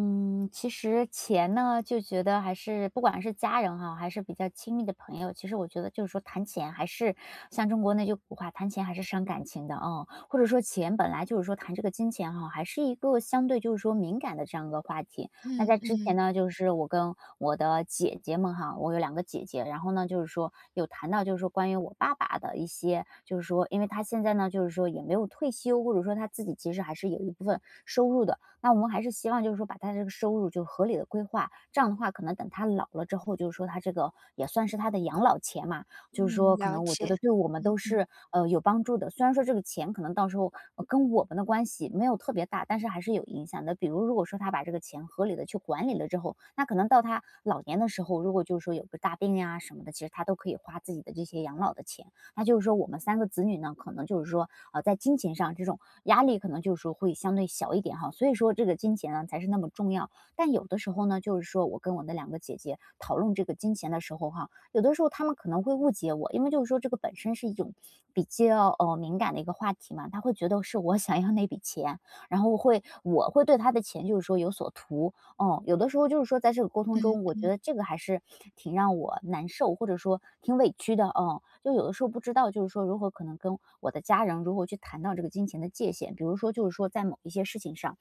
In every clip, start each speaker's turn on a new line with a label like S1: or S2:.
S1: 嗯，其实钱呢，就觉得还是不管是家人哈，还是比较亲密的朋友，其实我觉得就是说谈钱还是像中国那句古话，谈钱还是伤感情的哦。或者说钱本来就是说谈这个金钱哈，还是一个相对就是说敏感的这样一个话题。那
S2: 嗯
S1: 在之前
S2: 嗯
S1: 呢，就是我跟我的姐姐们哈，我有两个姐姐，然后呢就是说有谈到就是说关于我爸爸的一些，就是说因为他现在呢就是说也没有退休，或者说他自己其实还是有一部分收入的，那我们还是希望就是说把他这个收入就合理的规划，这样的话可能等他老了之后，就是说他这个也算是他的养老钱嘛，就是说
S2: 嗯，
S1: 可
S2: 了
S1: 能我觉
S2: 解。
S1: 得对我们
S2: 嗯
S1: 都
S2: 嗯
S1: 是，有帮助的。虽然说这个钱可能到时候，跟我们的关系没有特别大，但是还是有影响的。比如如果说他把这个钱合理的去管理了之后，那可能到他老年的时候，如果就是说有个大病呀什么的，其实他都可以花自己的这些养老的钱。那就是说我们三个子女呢，可能就是说，在金钱上这种压力可能就是说会相对小一点哈。所以说这个金钱呢才是那么重要。但有的时候呢，就是说我跟我的两个姐姐讨论这个金钱的时候哈，有的时候她们可能会误解我，因为就是说这个本身是一种比较敏感的一个话题嘛，她会觉得是我想要那笔钱，然后我会对她的钱就是说有所图，哦，有的时候就是说在这个沟通
S2: 嗯
S1: 中，我觉
S2: 嗯
S1: 得这个还是挺让我难受，或者说挺委屈的，哦，就有的时候不知道就是说如何可能跟我的家人如何去谈到这个金钱的界限，比如说就是说在某一些事情上，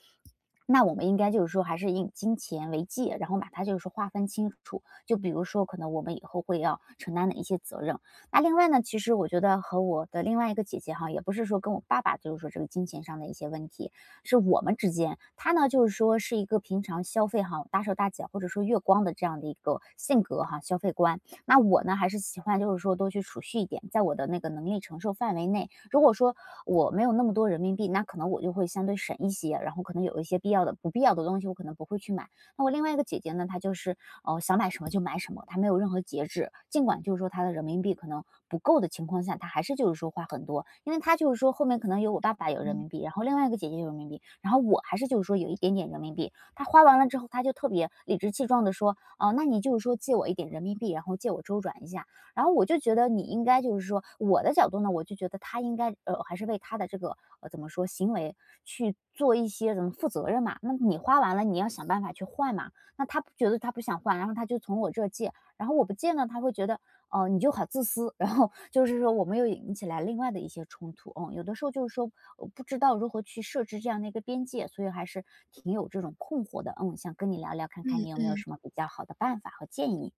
S1: 那我们应该就是说还是以金钱为界，然后把它就是说划分清楚。就比如说，可能我们以后会要承担的一些责任。那另外呢，其实我觉得和我的另外一个姐姐哈，也不是说跟我爸爸就是说这个金钱上的一些问题，是我们之间，她呢就是说是一个平常消费哈大手大脚或者说月光的这样的一个性格哈消费观。那我呢还是喜欢就是说多去储蓄一点，在我的那个能力承受范围内，如果说我没有那么多人民币，那可能我就会相对省一些，然后可能有一些必要的、不必要的东西，我可能不会去买。那我另外一个姐姐呢，她就是想买什么就买什么，她没有任何节制。尽管就是说她的人民币可能不够的情况下，她还是就是说花很多，因为她就是说后面可能有我爸爸有人民
S2: 嗯
S1: 币，然后另外一个姐姐有人民币，然后我还是就是说有一点点人民币。她花完了之后，她就特别理直气壮的说，那你就是说借我一点人民币，然后借我周转一下。然后我就觉得你应该就是说我的角度呢，我就觉得他应该，还是为他的这个，怎么说，行为去做一些怎么负责任嘛。那你花完了，你要想办法去换嘛。那他不觉得他不想换，然后他就从我这儿借，然后我不借呢，他会觉得，你就好自私。然后就是说，我们又引起来另外的一些冲突。嗯，有的时候就是说，不知道如何去设置这样的一个边界，所以还是挺有这种困惑的。嗯，想跟你聊聊，看
S2: 嗯
S1: 看你有没有
S2: 嗯
S1: 什么比较好的办法和建议。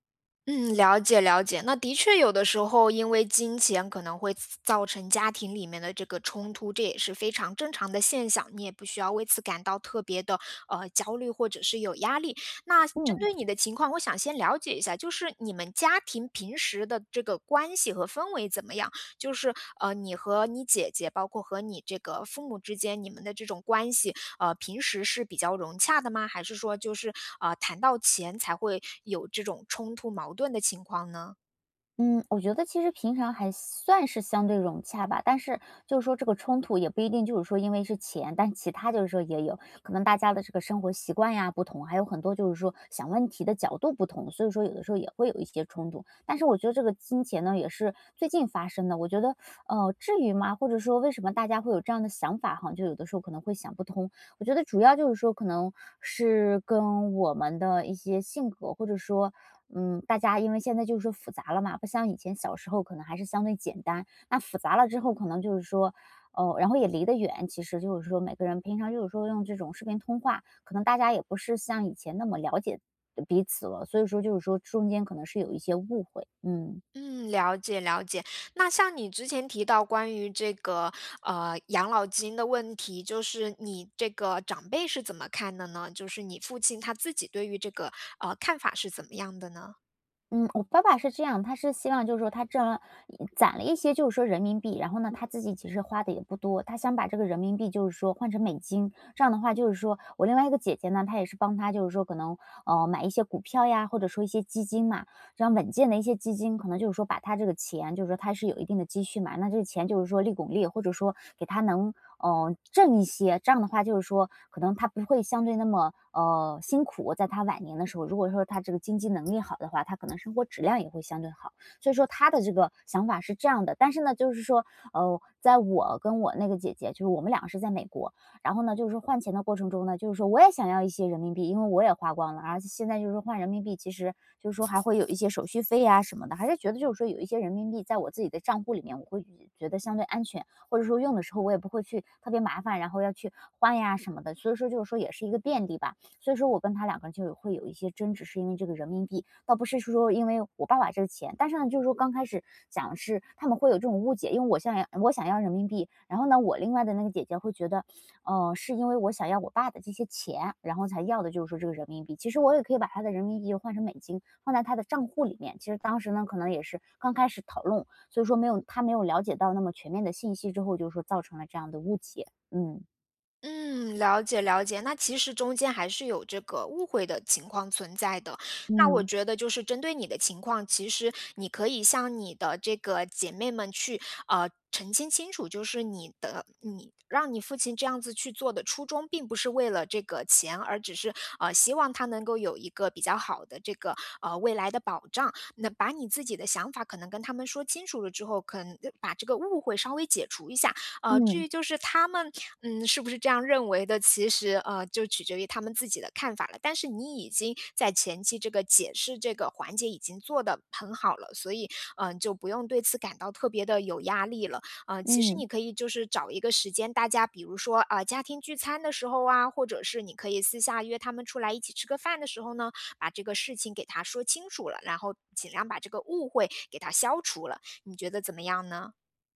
S2: 嗯，了解了解。那的确有的时候因为金钱可能会造成家庭里面的这个冲突，这也是非常正常的现象，你也不需要为此感到特别的焦虑或者是有压力。那针
S1: 嗯。
S2: 对你的情况，我想先了解一下，就是你们家庭平时的这个关系和氛围怎么样？就是你和你姐姐，包括和你这个父母之间，你们的这种关系，平时是比较融洽的吗？还是说谈到钱才会有这种冲突矛盾的情况呢？
S1: 嗯，我觉得其实平常还算是相对融洽吧，但是就是说这个冲突也不一定就是说因为是钱，但其他就是说也有可能大家的这个生活习惯呀不同，还有很多就是说想问题的角度不同，所以说有的时候也会有一些冲突。但是我觉得这个金钱呢也是最近发生的，我觉得至于吗？或者说为什么大家会有这样的想法哈？就有的时候可能会想不通。我觉得主要就是说可能是跟我们的一些性格，或者说大家因为现在就是说复杂了嘛，不像以前小时候可能还是相对简单。那复杂了之后，可能就是说，哦，然后也离得远，其实就是说每个人平常就是说用这种视频通话，可能大家也不是像以前那么了解彼此了，所以说就是说中间可能是有一些误会，嗯。
S2: 嗯，了解了解。那像你之前提到关于这个，养老金的问题，就是你这个长辈是怎么看的呢？就是你父亲他自己对于这个，看法是怎么样的呢？
S1: 嗯，我爸爸是这样，他是希望就是说他挣了攒了一些就是说人民币，然后呢，他自己其实花的也不多，他想把这个人民币就是说换成美金，这样的话就是说我另外一个姐姐呢，她也是帮他就是说可能买一些股票呀，或者说一些基金嘛，这样稳健的一些基金，可能就是说把它这个钱，就是说它是有一定的积蓄嘛，那这个钱就是说利滚利，或者说给它能挣一些，这样的话就是说可能它不会相对那么辛苦，在他晚年的时候，如果说他这个经济能力好的话，他可能生活质量也会相对好。所以说他的这个想法是这样的，但是呢，就是说在我跟我那个姐姐，就是我们两个是在美国，然后呢，就是换钱的过程中呢，就是说我也想要一些人民币，因为我也花光了，而且现在就是换人民币，其实就是说还会有一些手续费呀什么的，还是觉得就是说有一些人民币在我自己的账户里面，我会觉得相对安全，或者说用的时候我也不会去特别麻烦，然后要去换呀什么的，所以说就是说也是一个便利吧。所以说我跟他两个人就有会有一些争执，是因为这个人民币，倒不是说因为我爸爸这个钱，但是呢，就是说刚开始讲是他们会有这种误解，因为我想要人民币，然后呢，我另外的那个姐姐会觉得是因为我想要我爸的这些钱，然后才要的就是说这个人民币。其实我也可以把他的人民币换成美金，放在他的账户里面。其实当时呢，可能也是刚开始讨论，所以说没有他没有了解到那么全面的信息之后，就是说造成了这样的误解。嗯
S2: 嗯，了解了解。那其实中间还是有这个误会的情况存在的。那我
S1: 嗯
S2: 觉得就是针对你的情况，其实你可以向你的这个姐妹们去澄清清楚，就是你让你父亲这样子去做的初衷，并不是为了这个钱，而只是希望他能够有一个比较好的这个未来的保障。那把你自己的想法可能跟他们说清楚了之后，可能把这个误会稍微解除一下。至
S1: 嗯
S2: 于就是他们嗯，是不是这样认为的，其实，就取决于他们自己的看法了。但是你已经在前期这个解释这个环节已经做得很好了，所以，嗯，就不用对此感到特别的有压力了。其实
S1: 嗯。
S2: 你可以就是找一个时间，大家比如说，啊，家庭聚餐的时候啊，或者是你可以私下约他们出来一起吃个饭的时候呢，把这个事情给他说清楚了，然后尽量把这个误会给他消除了，你觉得怎么样呢？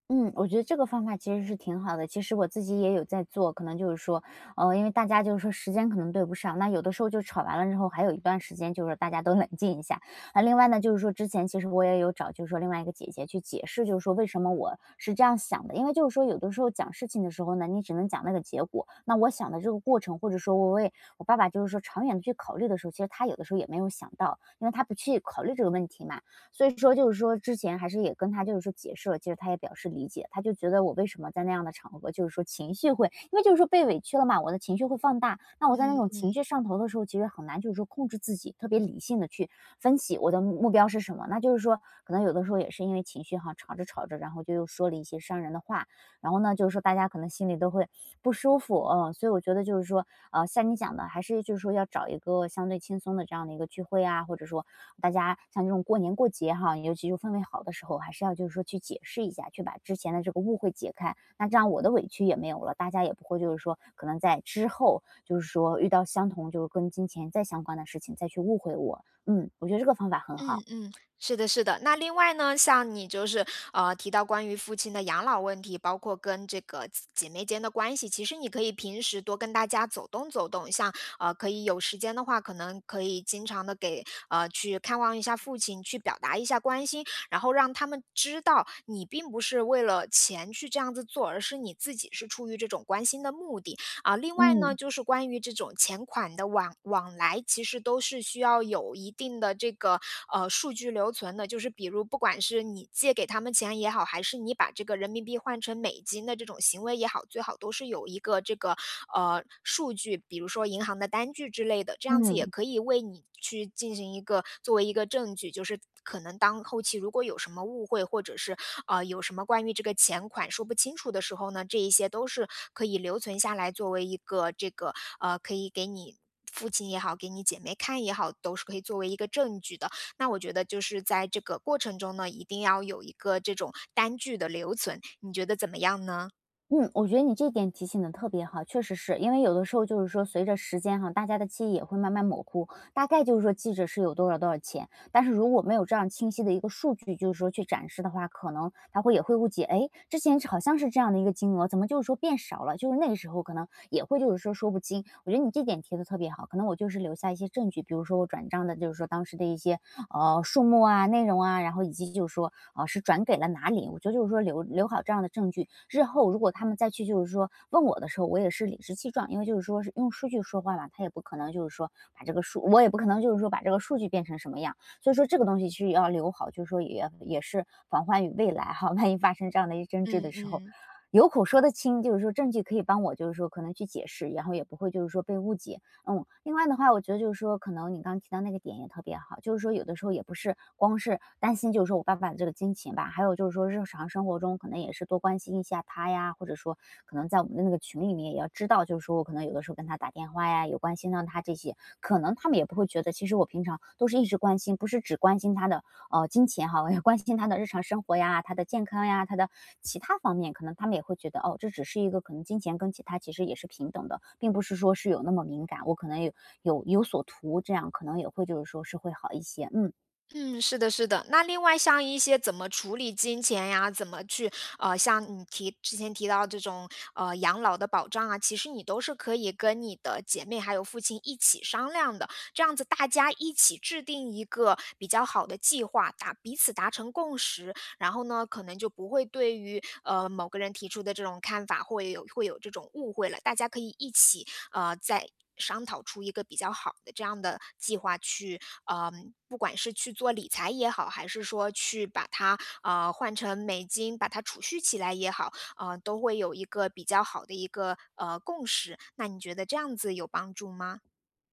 S1: 嗯，我觉得这个方法其实是挺好的。其实我自己也有在做，可能就是说，因为大家就是说时间可能对不上，那有的时候就吵完了之后，还有一段时间就是大家都冷静一下。那另外呢，就是说之前其实我也有找，就是说另外一个姐姐去解释，就是说为什么我是这样想的。因为就是说有的时候讲事情的时候呢，你只能讲那个结果，那我想的这个过程，或者说我为我爸爸就是说长远的去考虑的时候，其实他有的时候也没有想到，因为他不去考虑这个问题嘛。所以说就是说之前还是也跟他就是说解释了，其实他也表示理解，他就觉得我为什么在那样的场合，就是说情绪会因为就是说被委屈了嘛，我的情绪会放大。那我在那
S2: 嗯
S1: 种情
S2: 嗯。
S1: 绪上头的时候，其实很难就是说控制自己，特别理性的去分析我的目标是什么。那就是说，可能有的时候也是因为情绪哈，吵着吵着，然后就又说了一些伤人的话，然后呢，就是说大家可能心里都会不舒服，嗯，所以我觉得就是说，像你讲的，还是就是说要找一个相对轻松的这样的一个聚会啊，或者说大家像这种过年过节哈，尤其是氛围好的时候，还是要就是说去解释一下，去把之前的这个误会解开。那这样我的委屈也没有了，大家也不会就是说可能在之后就是说遇到相同就是跟金钱再相关的事情再去误会我。嗯，我觉得这个方法很好。
S2: 嗯嗯，是的，是的。那另外呢，像你提到关于父亲的养老问题，包括跟这个姊姐妹间的关系，其实你可以平时多跟大家走动走动，像可以有时间的话，可能可以经常的给去看望一下父亲，去表达一下关心，然后让他们知道你并不是为了钱去这样子做，而是你自己是出于这种关心的目的。啊，另外呢，
S1: 嗯
S2: 就是关于这种钱款的往来，其实都是需要有一定的这个数据留存的，就是比如不管是你借给他们钱也好，还是你把这个人民币换成美金的这种行为也好，最好都是有一个这个数据，比如说银行的单据之类的。这样子也
S1: 嗯。
S2: 可以为你去进行一个作为一个证据，就是可能当后期如果有什么误会，或者是有什么关于这个钱款说不清楚的时候呢，这一些都是可以留存下来作为一个这个可以给你。父亲也好，给你姐妹看也好，都是可以作为一个证据的。那我觉得就是在这个过程中呢，一定要有一个这种单据的留存。你觉得怎么样呢？
S1: 嗯，我觉得你这点提醒的特别好，确实是。因为有的时候就是说随着时间哈，大家的记忆也会慢慢模糊，大概就是说记着是有多少多少钱，但是如果没有这样清晰的一个数据，就是说去展示的话，可能他会也会误解，哎，之前好像是这样的一个金额，怎么就是说变少了？就是那个时候可能也会就是说说不清。我觉得你这点提的特别好，可能我就是留下一些证据，比如说我转账的，就是说当时的一些数目啊、内容啊，然后以及就是说，是转给了哪里。我觉得就是说留好这样的证据，日后如果他们再去就是说问我的时候，我也是理直气壮，因为就是说是用数据说话嘛，他也不可能就是说把这个数，我也不可能就是说把这个数据变成什么样。所以说这个东西是要留好，就是说也是防患于未来哈，万一发生这样的一争
S2: 嗯
S1: 执的时候，
S2: 嗯。
S1: 有口说得清，就是说证据可以帮我，就是说可能去解释，然后也不会就是说被误解。嗯，另外的话，我觉得就是说，可能你刚刚提到那个点也特别好，就是说有的时候也不是光是担心，就是说我爸爸的这个金钱吧，还有就是说日常生活中可能也是多关心一下他呀，或者说可能在我们的那个群里面也要知道，就是说我可能有的时候跟他打电话呀，有关心到他这些，可能他们也不会觉得，其实我平常都是一直关心，不是只关心他的金钱哈，我也关心他的日常生活呀、他的健康呀、他的其他方面，可能他们也会觉得哦，这只是一个可能金钱跟其他其实也是平等的，并不是说是有那么敏感，我可能有有所图，这样可能也会就是说是会好一些。嗯，
S2: 嗯，是的，是的。那另外像一些怎么处理金钱呀，怎么去像你之前提到这种养老的保障啊，其实你都是可以跟你的姐妹还有父亲一起商量的，这样子大家一起制定一个比较好的计划，彼此达成共识，然后呢，可能就不会对于某个人提出的这种看法会有这种误会了，大家可以一起再商讨出一个比较好的这样的计划去，呃，不管是去做理财也好，还是说去把它换成美金，把它储蓄起来也好，都会有一个比较好的一个共识。那你觉得这样子有帮助吗？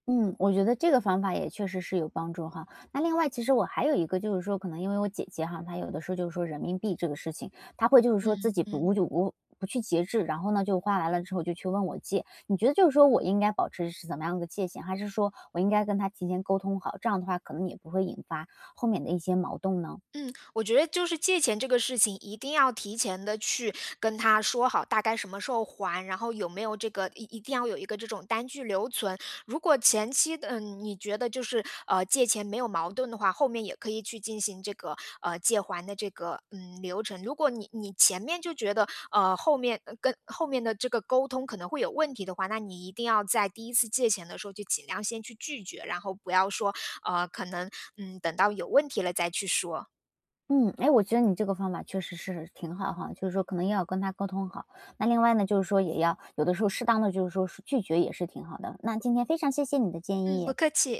S1: 嗯，我觉得这个方法也确实是有帮助哈。那另外，其实我还有一个就是说，可能因为我姐姐哈，她有的时候就是说人民币这个事情，她会就是说自
S2: 嗯
S1: 己不
S2: 嗯。
S1: 无就无不去节制，然后呢就花完了之后就去问我借。你觉得就是说我应该保持是怎么样的界限，还是说我应该跟她提前沟通好，这样的话可能也不会引发后面的一些矛盾呢？
S2: 嗯，我觉得就是借钱这个事情，一定要提前的去跟他说好，大概什么时候还，然后有没有这个一定要有一个这种单据留存。如果前期的嗯你觉得就是借钱没有矛盾的话，后面也可以去进行这个借还的这个嗯流程。如果你前面就觉得后面跟后面的这个沟通可能会有问题的话，那你一定要在第一次借钱的时候就尽量先去拒绝，然后不要说呃可能嗯等到有问题了再去说。
S1: 嗯，哎，我觉得你这个方法确实是挺好哈，就是说可能要跟他沟通好。那另外呢，就是说也要有的时候适当的，就是说是拒绝也是挺好的。那今天非常谢谢你的建
S2: 嗯，
S1: 议。
S2: 不客气。